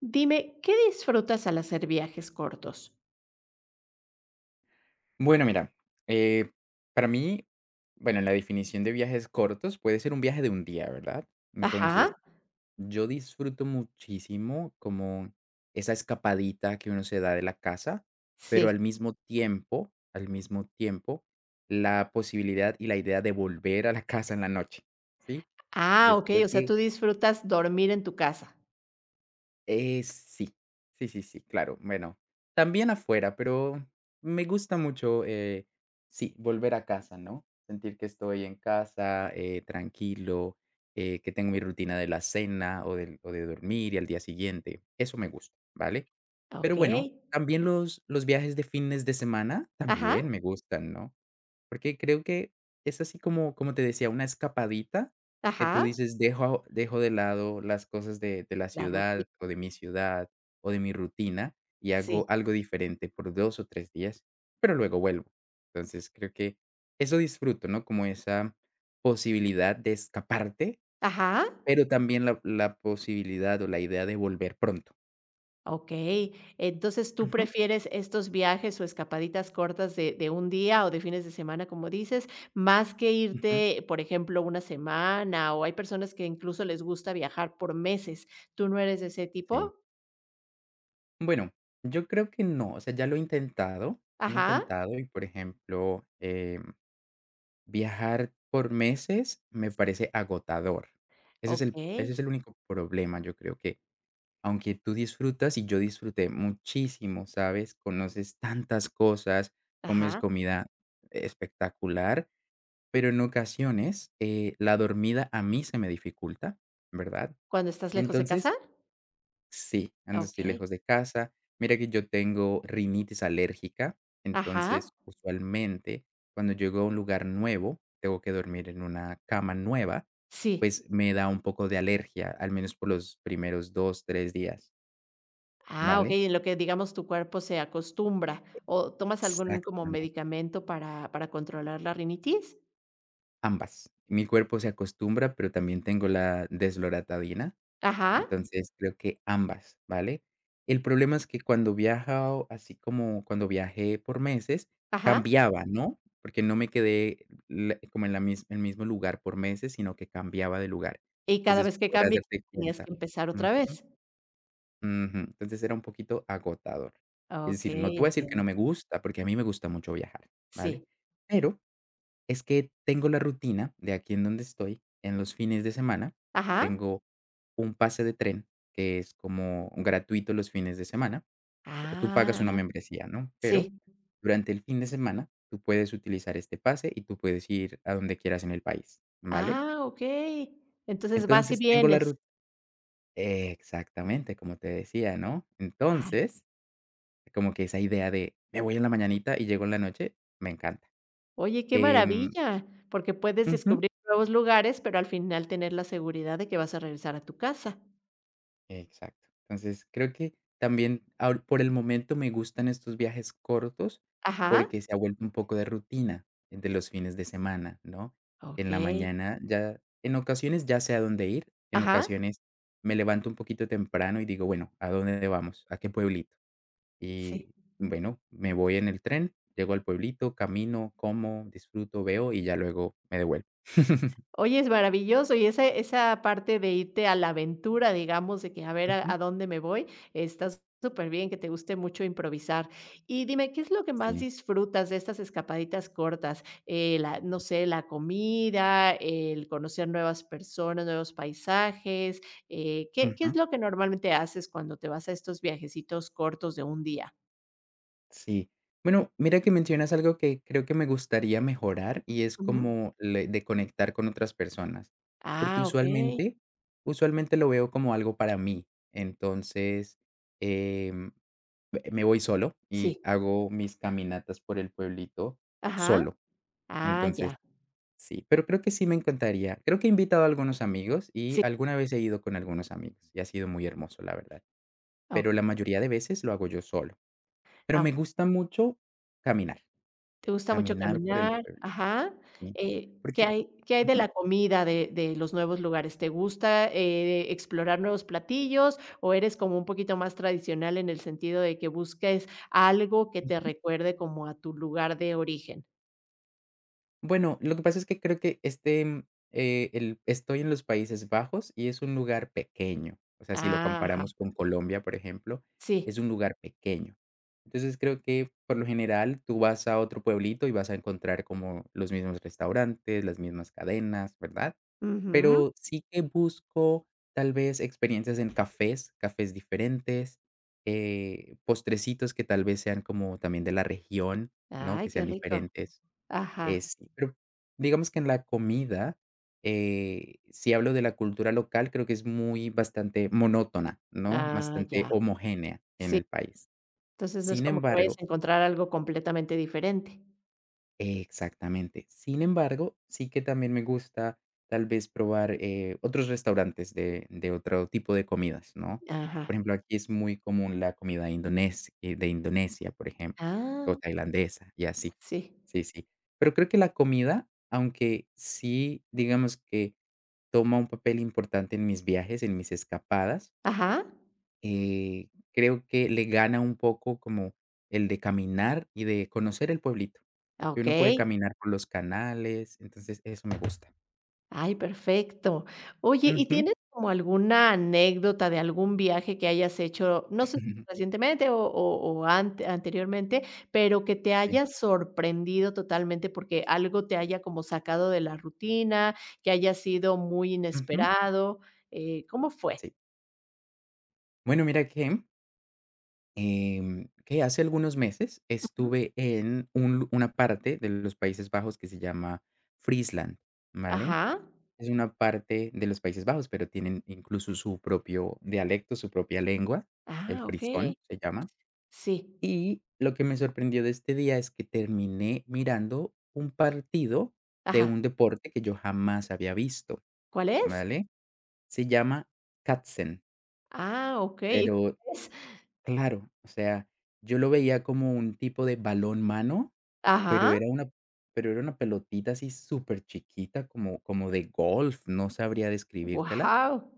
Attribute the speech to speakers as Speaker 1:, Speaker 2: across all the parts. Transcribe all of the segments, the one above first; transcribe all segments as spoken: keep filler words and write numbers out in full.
Speaker 1: Dime, ¿qué disfrutas al hacer viajes cortos?
Speaker 2: Bueno, mira, eh, para mí, bueno, la definición de viajes cortos puede ser un viaje de un día, ¿verdad?
Speaker 1: Ajá,
Speaker 2: Entonces, yo disfruto muchísimo como esa escapadita que uno se da de la casa, pero
Speaker 1: sí.
Speaker 2: al mismo tiempo, al mismo tiempo, la posibilidad y la idea de volver a la casa en la noche, ¿sí?
Speaker 1: Ah,
Speaker 2: Entonces,
Speaker 1: okey,
Speaker 2: creo
Speaker 1: o sea,
Speaker 2: que.
Speaker 1: tú disfrutas dormir en tu casa.
Speaker 2: Eh, sí, sí, sí, sí, claro. Bueno, también afuera, pero me gusta mucho, eh, sí, volver a casa, ¿no? Sentir que estoy en casa, eh, tranquilo, eh, que tengo mi rutina de la cena o del- o de dormir y al día siguiente. Eso me gusta, ¿vale? Pero
Speaker 1: Okey.
Speaker 2: bueno, también los, los viajes de fines de semana
Speaker 1: Ajá,
Speaker 2: también me gustan, ¿no? Porque creo que es así como como te decía, una escapadita que tú
Speaker 1: ajá,
Speaker 2: dices: "Dejo dejo de lado las cosas de de la
Speaker 1: la
Speaker 2: ciudad,
Speaker 1: rutina.
Speaker 2: o de mi ciudad, o de mi rutina, y
Speaker 1: Sí.
Speaker 2: hago algo diferente por dos o tres días, pero luego vuelvo". Entonces, creo que eso disfruto, ¿no? Como esa posibilidad de escaparte,
Speaker 1: Ajá,
Speaker 2: pero también la la posibilidad, o la idea de volver pronto.
Speaker 1: okey. Entonces, ¿tú
Speaker 2: Ujú,
Speaker 1: prefieres estos viajes o escapaditas cortas de de un día o de fines de semana, como dices, más que
Speaker 2: ujú,
Speaker 1: irte, por ejemplo, una semana? O hay personas que incluso les gusta viajar por meses, ¿tú no eres de ese
Speaker 2: sí.
Speaker 1: tipo?
Speaker 2: Bueno, yo creo que no, o sea, ya lo he intentado, he
Speaker 1: Ajá,
Speaker 2: intentado y, por ejemplo, em, viajar por meses me
Speaker 1: sí.
Speaker 2: parece agotador. Ese es el ese
Speaker 1: Okey,
Speaker 2: es el único problema, yo creo que, aunque tú disfrutas, y yo disfruté muchísimo, ¿sabes? Conoces tantas cosas, comes
Speaker 1: ajá.
Speaker 2: comida espectacular, pero en ocasiones, eh, la dormida a mí se me dificulta, ¿verdad?
Speaker 1: ¿Cuando estás lejos de casa?
Speaker 2: Entonces. Sí, ando estoy
Speaker 1: Okey.
Speaker 2: lejos de casa. Mira que yo tengo rinitis alérgica,
Speaker 1: Ajá,
Speaker 2: entonces, usualmente, cuando llego a un lugar nuevo, tengo que dormir en una cama nueva,
Speaker 1: sí.
Speaker 2: pues, me da un poco de alergia, al menos por los primeros dos, tres días,
Speaker 1: Ah,
Speaker 2: ¿vale?
Speaker 1: okey, en lo que, digamos, tu cuerpo se acostumbra, ¿o tomas algún como
Speaker 2: Exactamente.
Speaker 1: medicamento para para controlar la rinitis?
Speaker 2: Ambas. Mi cuerpo se acostumbra, pero también tengo la desloratadina.
Speaker 1: Ajá,
Speaker 2: Entonces, creo que ambas, ¿vale? El problema es que cuando viajaba así como cuando viajé por meses,
Speaker 1: ajá.
Speaker 2: cambiaba, ¿no? Porque no me quedé le como en la mis el mismo lugar por meses, sino que cambiaba de lugar.
Speaker 1: Y cada
Speaker 2: Entonces,
Speaker 1: vez que
Speaker 2: podrás
Speaker 1: cambias,
Speaker 2: darte
Speaker 1: tenías
Speaker 2: cuenta.
Speaker 1: que empezar
Speaker 2: Ujú,
Speaker 1: otra vez.
Speaker 2: ujú. Entonces, era un poquito agotador. Es decir, no
Speaker 1: Okey,
Speaker 2: te voy a decir que
Speaker 1: entiendo.
Speaker 2: no me gusta, porque a mí me gusta mucho viajar,
Speaker 1: Sí.
Speaker 2: ¿vale? Pero es que tengo la rutina de aquí en donde estoy, en los fines de semana,
Speaker 1: Ajá.
Speaker 2: tengo un pase de tren, que es como gratuito los fines de semana. Tú pagas una
Speaker 1: Ah,
Speaker 2: membresía, ¿no? Pero
Speaker 1: sí.
Speaker 2: durante el fin de semana tú puedes utilizar este pase y tú puedes ir a donde quieras en el país, ¿vale?
Speaker 1: Ah, okey. Entonces, vas y
Speaker 2: Entonces tengo la
Speaker 1: vienes.
Speaker 2: ru exactamente, como te decía, ¿no?
Speaker 1: Ajá.
Speaker 2: Entonces, como que esa idea de me voy en la mañanita y llego en la noche, me encanta.
Speaker 1: Oye, qué
Speaker 2: Em
Speaker 1: maravilla, porque puedes
Speaker 2: ujú.
Speaker 1: descubrir nuevos lugares, pero al final tener la seguridad de que vas a regresar a tu casa.
Speaker 2: Exacto. Entonces, creo que también ahor por el momento me gustan estos viajes cortos,
Speaker 1: Ajá,
Speaker 2: porque se ha vuelto un poco de rutina eh, de los fines de semana, ¿no? Que en la
Speaker 1: okey.
Speaker 2: mañana ya en ocasiones ya sé a dónde ir, en
Speaker 1: Ajá,
Speaker 2: ocasiones me levanto un poquito temprano y digo: "Bueno, ¿a dónde vamos? ¿A qué pueblito?".
Speaker 1: sí.
Speaker 2: Y bueno, me voy en el tren, llego al pueblito, camino, como, disfruto, veo y ya luego me devuelvo.
Speaker 1: Oye, es maravilloso, y esa esa parte de irte a la aventura, digamos, de que a ver a
Speaker 2: Ujú.
Speaker 1: a dónde me voy, está súper bien que te guste mucho improvisar. Y dime, ¿qué es lo que más
Speaker 2: Sí.
Speaker 1: disfrutas de estas escapaditas cortas? Eh, la no sé, la comida, el conocer nuevas personas, nuevos paisajes, eh, ¿qué qué es
Speaker 2: Ujú.
Speaker 1: lo que normalmente haces cuando te vas a estos viajecitos cortos de un día?
Speaker 2: Sí. Bueno, mira que mencionas algo que creo que me gustaría mejorar y es
Speaker 1: Ujú.
Speaker 2: como le de conectar con otras personas, porque
Speaker 1: Ah, okey.
Speaker 2: usualmente usualmente lo veo como algo para mí. Entonces, em, me me voy solo y
Speaker 1: Sí.
Speaker 2: hago mis caminatas por el pueblito
Speaker 1: Ajá.
Speaker 2: solo.
Speaker 1: Ah,
Speaker 2: Entonces,
Speaker 1: ya.
Speaker 2: sí, pero creo que sí me encantaría. Creo que he invitado a algunos amigos y
Speaker 1: Sí,
Speaker 2: alguna vez he ido con algunos amigos y ha sido muy hermoso, la verdad,
Speaker 1: ah, o
Speaker 2: pero la mayoría de veces lo hago yo solo. Pero
Speaker 1: ah,
Speaker 2: me
Speaker 1: o
Speaker 2: gusta mucho caminar.
Speaker 1: te gusta mucho
Speaker 2: Caminar por el
Speaker 1: caminar,
Speaker 2: pueblo,
Speaker 1: ajá,
Speaker 2: sí.
Speaker 1: eh, ¿qué
Speaker 2: Porque.
Speaker 1: hay qué hay de
Speaker 2: Ujú,
Speaker 1: la comida de de los nuevos lugares? ¿Te gusta, eh, explorar nuevos platillos o eres como un poquito más tradicional en el sentido de que busques algo que te
Speaker 2: ujú.
Speaker 1: recuerde como a tu lugar de origen?
Speaker 2: Bueno, lo que pasa es que creo que, este, mm, eh, el estoy en los Países Bajos y es un lugar pequeño. O sea, si lo
Speaker 1: Ah, ajá,
Speaker 2: comparamos con Colombia, por ejemplo, es
Speaker 1: sí,
Speaker 2: un lugar pequeño. Entonces, creo que, por lo general, tú vas a otro pueblito y vas a encontrar como los mismos restaurantes, las mismas cadenas, ¿verdad?
Speaker 1: ujú,
Speaker 2: Pero sí que busco tal vez experiencias en cafés, cafés diferentes, eh, postrecitos que tal vez sean como también de la región, ¿no?
Speaker 1: ay,
Speaker 2: Que
Speaker 1: qué
Speaker 2: sean
Speaker 1: rico,
Speaker 2: diferentes. Eh,
Speaker 1: ajá,
Speaker 2: sí, pero digamos que en la comida, eh, si hablo de la cultura local, creo que es muy bastante monótona, ¿no?
Speaker 1: ah,
Speaker 2: Bastante
Speaker 1: ya,
Speaker 2: homogénea en
Speaker 1: sí,
Speaker 2: el país.
Speaker 1: entonces no es
Speaker 2: Sin
Speaker 1: como que vayas
Speaker 2: embargo.
Speaker 1: a encontrar algo completamente diferente,
Speaker 2: Exactamente. Sin embargo, sí que también me gusta tal vez probar, eh, otros restaurantes de de otro tipo de comidas, ¿no?
Speaker 1: ajá,
Speaker 2: Por ejemplo, aquí es muy común la comida indones eh, de Indonesia, por ejemplo,
Speaker 1: ah,
Speaker 2: o tailandesa y así.
Speaker 1: sí,
Speaker 2: Sí, sí. Pero creo que la comida, aunque sí, digamos que toma un papel importante en mis viajes, en mis escapadas,
Speaker 1: ajá.
Speaker 2: eh, creo que le gana un poco como el de caminar y de conocer el pueblito, que uno puede
Speaker 1: Okey.
Speaker 2: caminar por los canales, entonces eso me gusta.
Speaker 1: Ay, perfecto. Oye, ¿y
Speaker 2: Ujú.
Speaker 1: tienes como alguna anécdota de algún viaje que hayas hecho? No sé si recientemente o o o ante anteriormente, pero que te
Speaker 2: Sí,
Speaker 1: haya sorprendido totalmente porque algo te haya como sacado de la rutina, que haya sido muy
Speaker 2: ujú,
Speaker 1: inesperado, eh, ¿cómo fue?
Speaker 2: sí. Bueno, mira que, em, que hace algunos meses
Speaker 1: Ujú.
Speaker 2: estuve en un lu una parte de los Países Bajos que se llama Friesland, ¿vale?
Speaker 1: Ajá.
Speaker 2: Es una parte de los Países Bajos, pero tienen incluso su propio dialecto, su propia lengua, el
Speaker 1: Ah,
Speaker 2: frisón
Speaker 1: okey.
Speaker 2: se llama.
Speaker 1: Sí.
Speaker 2: Y lo que me sorprendió de este día es que terminé mirando un partido de
Speaker 1: Ajá.
Speaker 2: un deporte que yo jamás había visto,
Speaker 1: ¿Cuál es?
Speaker 2: ¿vale? Se llama Katzen,
Speaker 1: Ah, okey.
Speaker 2: pero
Speaker 1: ¿Es?
Speaker 2: claro, o sea, yo lo veía como un tipo de balón mano, pero
Speaker 1: Ajá.
Speaker 2: era una pero era una pelotita así súper chiquita, como como de golf, no sabría describírtela.
Speaker 1: Wow.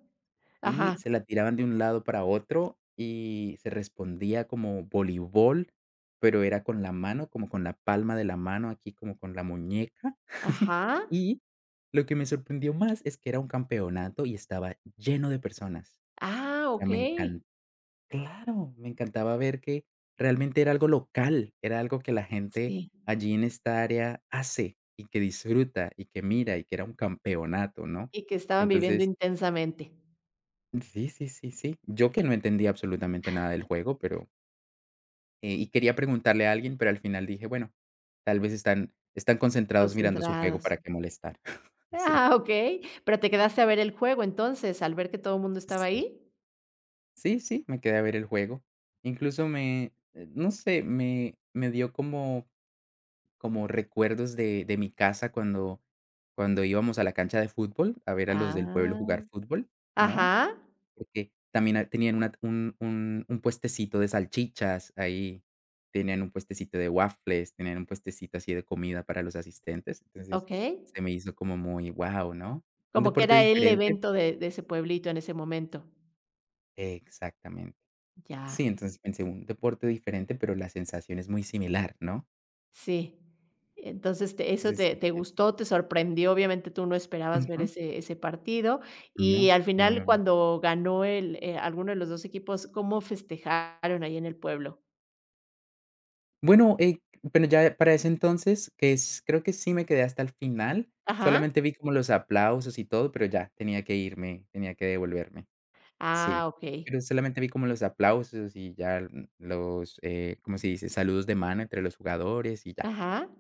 Speaker 2: Y
Speaker 1: Ajá,
Speaker 2: se la tiraban de un lado para otro y se respondía como voleibol, pero era con la mano, como con la palma de la mano, aquí como con la muñeca.
Speaker 1: ajá.
Speaker 2: Y lo que me sorprendió más es que era un campeonato y estaba lleno de personas.
Speaker 1: Ah,
Speaker 2: O sea, me
Speaker 1: okey.
Speaker 2: encantó claro, me encantaba ver que realmente era algo local, era algo que la gente
Speaker 1: Sí,
Speaker 2: allí en esta área hace y que disfruta y que mira y que era un campeonato, ¿no?
Speaker 1: y que estaban viviendo
Speaker 2: Entonces.
Speaker 1: intensamente,
Speaker 2: Sí, sí, sí, sí. Yo que no entendía absolutamente nada del juego, pero eh, y quería preguntarle a alguien, pero al final dije, bueno, tal vez están están concentrados mirando su juego,
Speaker 1: concentrados.
Speaker 2: ¿para qué molestar? Sí,
Speaker 1: Ah, okey, pero, ¿te quedaste a ver el juego entonces, al ver que todo el mundo estaba
Speaker 2: sí.
Speaker 1: ahí?
Speaker 2: Sí, sí, me quedé a ver el juego. Incluso me, eh, no sé, me me dio como como recuerdos de de mi casa cuando cuando íbamos a la cancha de fútbol a ver a los del pueblo
Speaker 1: Ah,
Speaker 2: jugar fútbol,
Speaker 1: ajá,
Speaker 2: ¿no? Porque también a tenían una un un un puestecito de salchichas ahí, tenían un puestecito de waffles, tenían un puestecito así de comida para los asistentes, entonces,
Speaker 1: okey.
Speaker 2: se me hizo como muy wow, ¿no? Un
Speaker 1: Como que
Speaker 2: deporte
Speaker 1: era el
Speaker 2: diferente.
Speaker 1: evento de de ese pueblito en ese momento.
Speaker 2: Exactamente.
Speaker 1: Ya,
Speaker 2: Sí, entonces pensé, un deporte diferente, pero la sensación es muy similar, ¿no?
Speaker 1: sí. Entonces, te eso
Speaker 2: Entonces
Speaker 1: te
Speaker 2: sí,
Speaker 1: te
Speaker 2: eso.
Speaker 1: gustó, te sorprendió, obviamente tú no esperabas ver
Speaker 2: Ujú.
Speaker 1: ese ese partido, y
Speaker 2: No,
Speaker 1: al
Speaker 2: no,
Speaker 1: final,
Speaker 2: no, no.
Speaker 1: cuando ganó el, eh, alguno de los dos equipos, ¿cómo festejaron ahí en el pueblo?
Speaker 2: Bueno, eh, pero ya para ese entonces, que es creo que sí me quedé hasta el final,
Speaker 1: Ajá.
Speaker 2: solamente vi como los aplausos y todo, pero ya tenía que irme, tenía que devolverme,
Speaker 1: Ah,
Speaker 2: sí.
Speaker 1: okey.
Speaker 2: Pero solamente vi como los aplausos y ya l- los, eh, ¿cómo se dice? Saludos de mano entre los jugadores y ya,
Speaker 1: Ajá.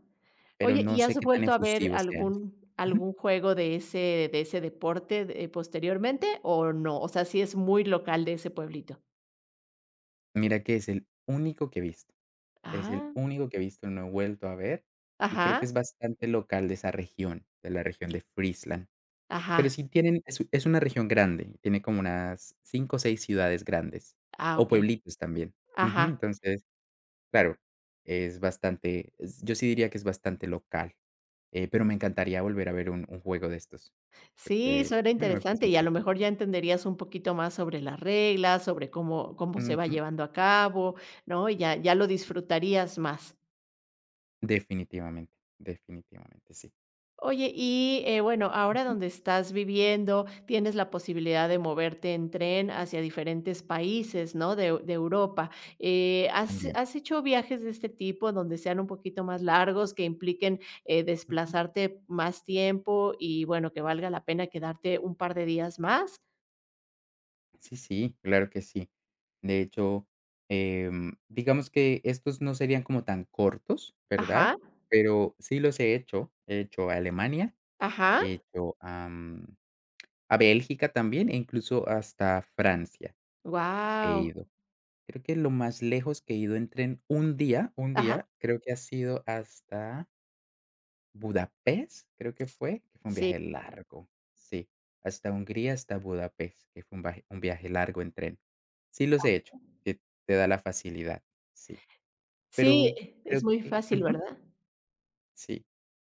Speaker 2: pero
Speaker 1: Oye,
Speaker 2: no
Speaker 1: ¿y
Speaker 2: sé
Speaker 1: has
Speaker 2: qué tan
Speaker 1: vuelto a ver
Speaker 2: efusivos sean.
Speaker 1: algún
Speaker 2: Ujú.
Speaker 1: algún juego de ese de ese deporte de posteriormente o no? O sea, ¿sí es muy local de ese pueblito?
Speaker 2: Mira que es el único que he visto, es el
Speaker 1: Ah,
Speaker 2: único que he visto, no he vuelto a ver y creo que
Speaker 1: ajá,
Speaker 2: es bastante local de esa región, de la región de Friesland. Pero
Speaker 1: ajá.
Speaker 2: sí tienen es es una región grande, tiene como unas cinco o seis ciudades grandes,
Speaker 1: Ah,
Speaker 2: o
Speaker 1: okey.
Speaker 2: pueblitos también. Ujú,
Speaker 1: Ajá.
Speaker 2: entonces, claro, es bastante es yo sí diría que es bastante local, eh, pero me encantaría volver a ver un un juego de estos,
Speaker 1: Sí,
Speaker 2: porque,
Speaker 1: suena
Speaker 2: bueno, me parece
Speaker 1: interesante y a lo
Speaker 2: interesante.
Speaker 1: mejor ya entenderías un poquito más sobre las reglas, sobre cómo cómo se va
Speaker 2: Ujú,
Speaker 1: llevando a cabo, ¿no? Y ya ya lo disfrutarías más.
Speaker 2: definitivamente, definitivamente, sí.
Speaker 1: Oye, y, eh, bueno, ahora
Speaker 2: Ujú,
Speaker 1: donde estás viviendo, tienes la posibilidad de moverte en tren hacia diferentes países, ¿no?, de Eu de Europa, eh, ¿has
Speaker 2: también.
Speaker 1: has hecho viajes de este tipo donde sean un poquito más largos, que impliquen, eh, desplazarte más tiempo y, bueno, que valga la pena quedarte un par de días más?
Speaker 2: Sí, sí, claro que sí. De hecho, em, digamos que estos no serían como tan cortos,
Speaker 1: Ajá,
Speaker 2: ¿verdad? Pero sí los he hecho. He hecho a Alemania,
Speaker 1: ajá,
Speaker 2: he hecho a, mm, a Bélgica también e incluso hasta Francia he
Speaker 1: wow
Speaker 2: ido. Creo que lo más lejos que he ido en tren un día, un
Speaker 1: ajá,
Speaker 2: día, creo que ha sido hasta Budapest, creo que fue, que fue un
Speaker 1: sí,
Speaker 2: viaje Mm. largo, sí, hasta Hungría, hasta Budapest, que fue un vaje un viaje largo en tren. Sí los he hecho, que te da la facilidad, sí,
Speaker 1: sí,
Speaker 2: pero creo
Speaker 1: es muy
Speaker 2: que.
Speaker 1: fácil,
Speaker 2: Ujú.
Speaker 1: ¿verdad?
Speaker 2: Sí,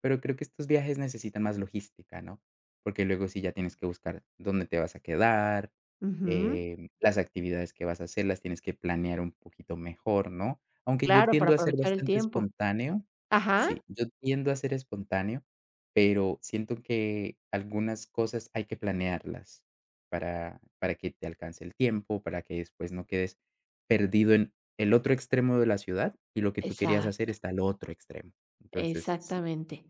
Speaker 2: pero creo que estos viajes necesitan más logística, ¿no? Porque luego sí ya tienes que buscar dónde te vas a quedar,
Speaker 1: Ujú,
Speaker 2: em, las actividades que vas a hacer, las tienes que planear un poquito mejor, ¿no? Aunque yo
Speaker 1: claro, para
Speaker 2: tiendo a ser
Speaker 1: aprovechar el
Speaker 2: bastante
Speaker 1: tiempo.
Speaker 2: espontáneo,
Speaker 1: Ajá,
Speaker 2: sí, yo tiendo a ser espontáneo, pero siento que algunas cosas hay que planearlas para para que te alcance el tiempo, para que después no quedes perdido en el otro extremo de la ciudad y lo que tú querías
Speaker 1: exacto.
Speaker 2: hacer está al otro extremo. Entonces, sí.
Speaker 1: Exactamente.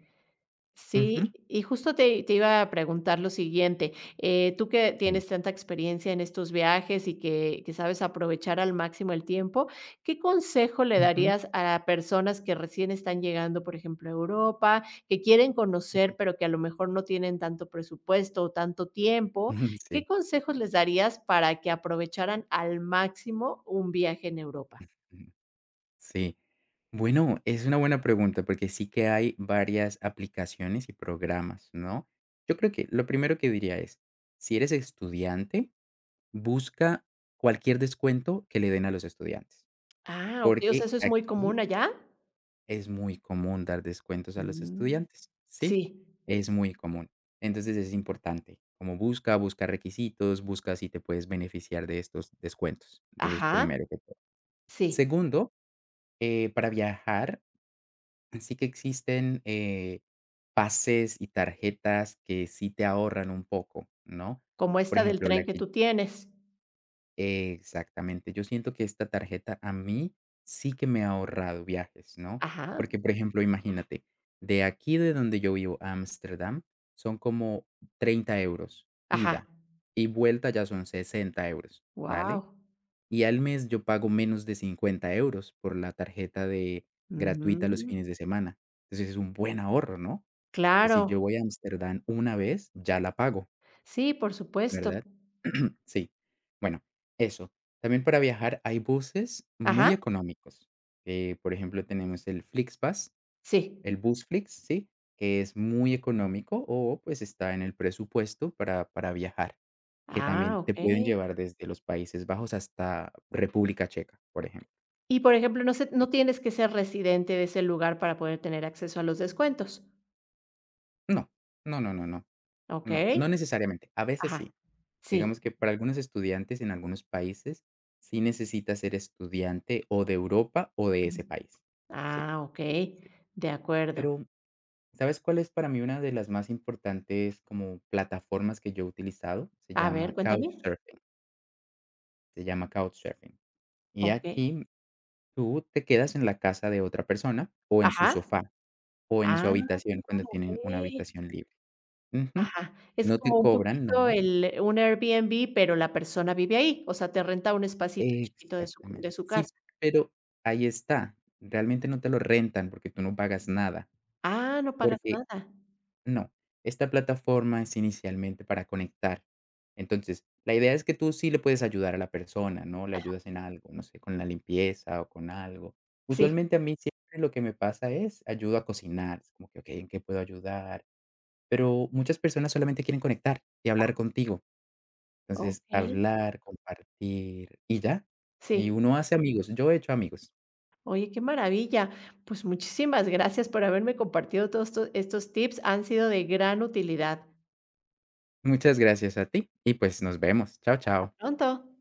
Speaker 1: Sí,
Speaker 2: Ujú.
Speaker 1: y justo te te iba a preguntar lo siguiente, eh, tú que
Speaker 2: Dime.
Speaker 1: tienes tanta experiencia en estos viajes y que que sabes aprovechar al máximo el tiempo, ¿qué consejo le
Speaker 2: Ujú.
Speaker 1: darías a personas que recién están llegando, por ejemplo, a Europa, que quieren conocer, pero que a lo mejor no tienen tanto presupuesto o tanto tiempo?
Speaker 2: Ujú,
Speaker 1: ¿Qué
Speaker 2: sí,
Speaker 1: consejos les darías para que aprovecharan al máximo un viaje en Europa?
Speaker 2: ujú, sí. Bueno, es una buena pregunta, porque sí que hay varias aplicaciones y programas, ¿no? Yo creo que lo primero que diría es, si eres estudiante, busca cualquier descuento que le den a los estudiantes,
Speaker 1: Ah, okey, o
Speaker 2: porque
Speaker 1: sea, ¿eso es muy
Speaker 2: aquí
Speaker 1: común allá?
Speaker 2: es muy común dar descuentos a los
Speaker 1: Mm,
Speaker 2: estudiantes, sí,
Speaker 1: sí.
Speaker 2: es muy común. Entonces es importante, como busca, busca requisitos, busca si te puedes beneficiar de estos descuentos. Entonces,
Speaker 1: Ajá,
Speaker 2: primero que todo.
Speaker 1: sí,
Speaker 2: Segundo, eh, para viajar, sí que existen eh, pases y tarjetas que sí te ahorran un poco, ¿no?
Speaker 1: como
Speaker 2: Por
Speaker 1: esta del
Speaker 2: ejemplo,
Speaker 1: tren
Speaker 2: la
Speaker 1: que
Speaker 2: que.
Speaker 1: tú tienes.
Speaker 2: Exactamente. Yo siento que esta tarjeta a mí sí que me ha ahorrado viajes, ¿no?
Speaker 1: Ajá,
Speaker 2: Porque, por ejemplo, imagínate, de aquí de donde yo vivo a Ámsterdam son como treinta euros
Speaker 1: ajá,
Speaker 2: ida y vuelta ya son sesenta euros, ¿vale?
Speaker 1: Wow.
Speaker 2: Y al mes yo pago menos de cincuenta euros por la tarjeta de gratuita los fines de semana. Entonces es un buen ahorro, ¿no? O sea, si
Speaker 1: Claro,
Speaker 2: yo voy a Ámsterdam una vez, ya la pago.
Speaker 1: sí, por supuesto.
Speaker 2: ¿Verdad? Sí. Bueno, eso. También para viajar hay buses muy
Speaker 1: Ajá,
Speaker 2: económicos. Eh, por ejemplo, tenemos el FlixBus,
Speaker 1: sí.
Speaker 2: el bus Flix, ¿sí? Que es muy económico o pues está en el presupuesto para, para viajar, que también
Speaker 1: Ah,
Speaker 2: te pueden
Speaker 1: okey.
Speaker 2: llevar desde los Países Bajos hasta República Checa, por ejemplo.
Speaker 1: Y, por ejemplo, no se,
Speaker 2: Y.
Speaker 1: no tienes que ser residente de ese lugar para poder tener acceso a los descuentos,
Speaker 2: No, no, no, no, no, no,
Speaker 1: ¿okey?
Speaker 2: no necesariamente. A veces
Speaker 1: Ajá,
Speaker 2: sí.
Speaker 1: sí.
Speaker 2: Digamos que para algunos estudiantes en algunos países sí necesitas ser estudiante o de Europa o de
Speaker 1: Ujú.
Speaker 2: ese país. Sí,
Speaker 1: Ah,
Speaker 2: sí, sí,
Speaker 1: okey,
Speaker 2: sí.
Speaker 1: de acuerdo.
Speaker 2: Pero, ¿sabes cuál es para mí una de las más importantes como plataformas que yo he utilizado? Se
Speaker 1: A ver,
Speaker 2: llama
Speaker 1: cuéntame.
Speaker 2: Couchsurfing, se llama Couchsurfing. Y
Speaker 1: Okey.
Speaker 2: aquí tú te quedas en la casa de otra persona o en su
Speaker 1: Ajá.
Speaker 2: sofá o en su
Speaker 1: Ah,
Speaker 2: habitación cuando tienen una
Speaker 1: okey.
Speaker 2: habitación libre. Ujú.
Speaker 1: Ajá, es
Speaker 2: No te
Speaker 1: como un
Speaker 2: cobran
Speaker 1: poquito
Speaker 2: nada.
Speaker 1: el un Airbnb, pero la persona vive ahí, o sea, te renta un espacito chiquito de su
Speaker 2: Exactamente.
Speaker 1: de su
Speaker 2: Sí,
Speaker 1: casa.
Speaker 2: pero ahí está. Realmente no te lo rentan porque tú no pagas nada,
Speaker 1: Ah, no pagas
Speaker 2: porque
Speaker 1: nada.
Speaker 2: no, esta plataforma es inicialmente para conectar. Entonces, la idea es que tú sí le puedes ayudar a la persona, ¿no? Le ayudas en algo, no sé, con la limpieza o con algo.
Speaker 1: Sí,
Speaker 2: Usualmente a mí siempre lo que me pasa es ayudo a cocinar, es como que, okey, ¿en qué puedo ayudar? Pero muchas personas solamente quieren conectar y hablar contigo. Entonces,
Speaker 1: okey,
Speaker 2: hablar, compartir y ya. Y
Speaker 1: sí.
Speaker 2: uno hace amigos. Yo he hecho amigos.
Speaker 1: Oye, qué maravilla. Pues, muchísimas gracias por haberme compartido todos estos estos tips, han sido de gran utilidad.
Speaker 2: Muchas gracias a ti y, pues, nos vemos. Chao,
Speaker 1: Hasta
Speaker 2: chao.
Speaker 1: pronto.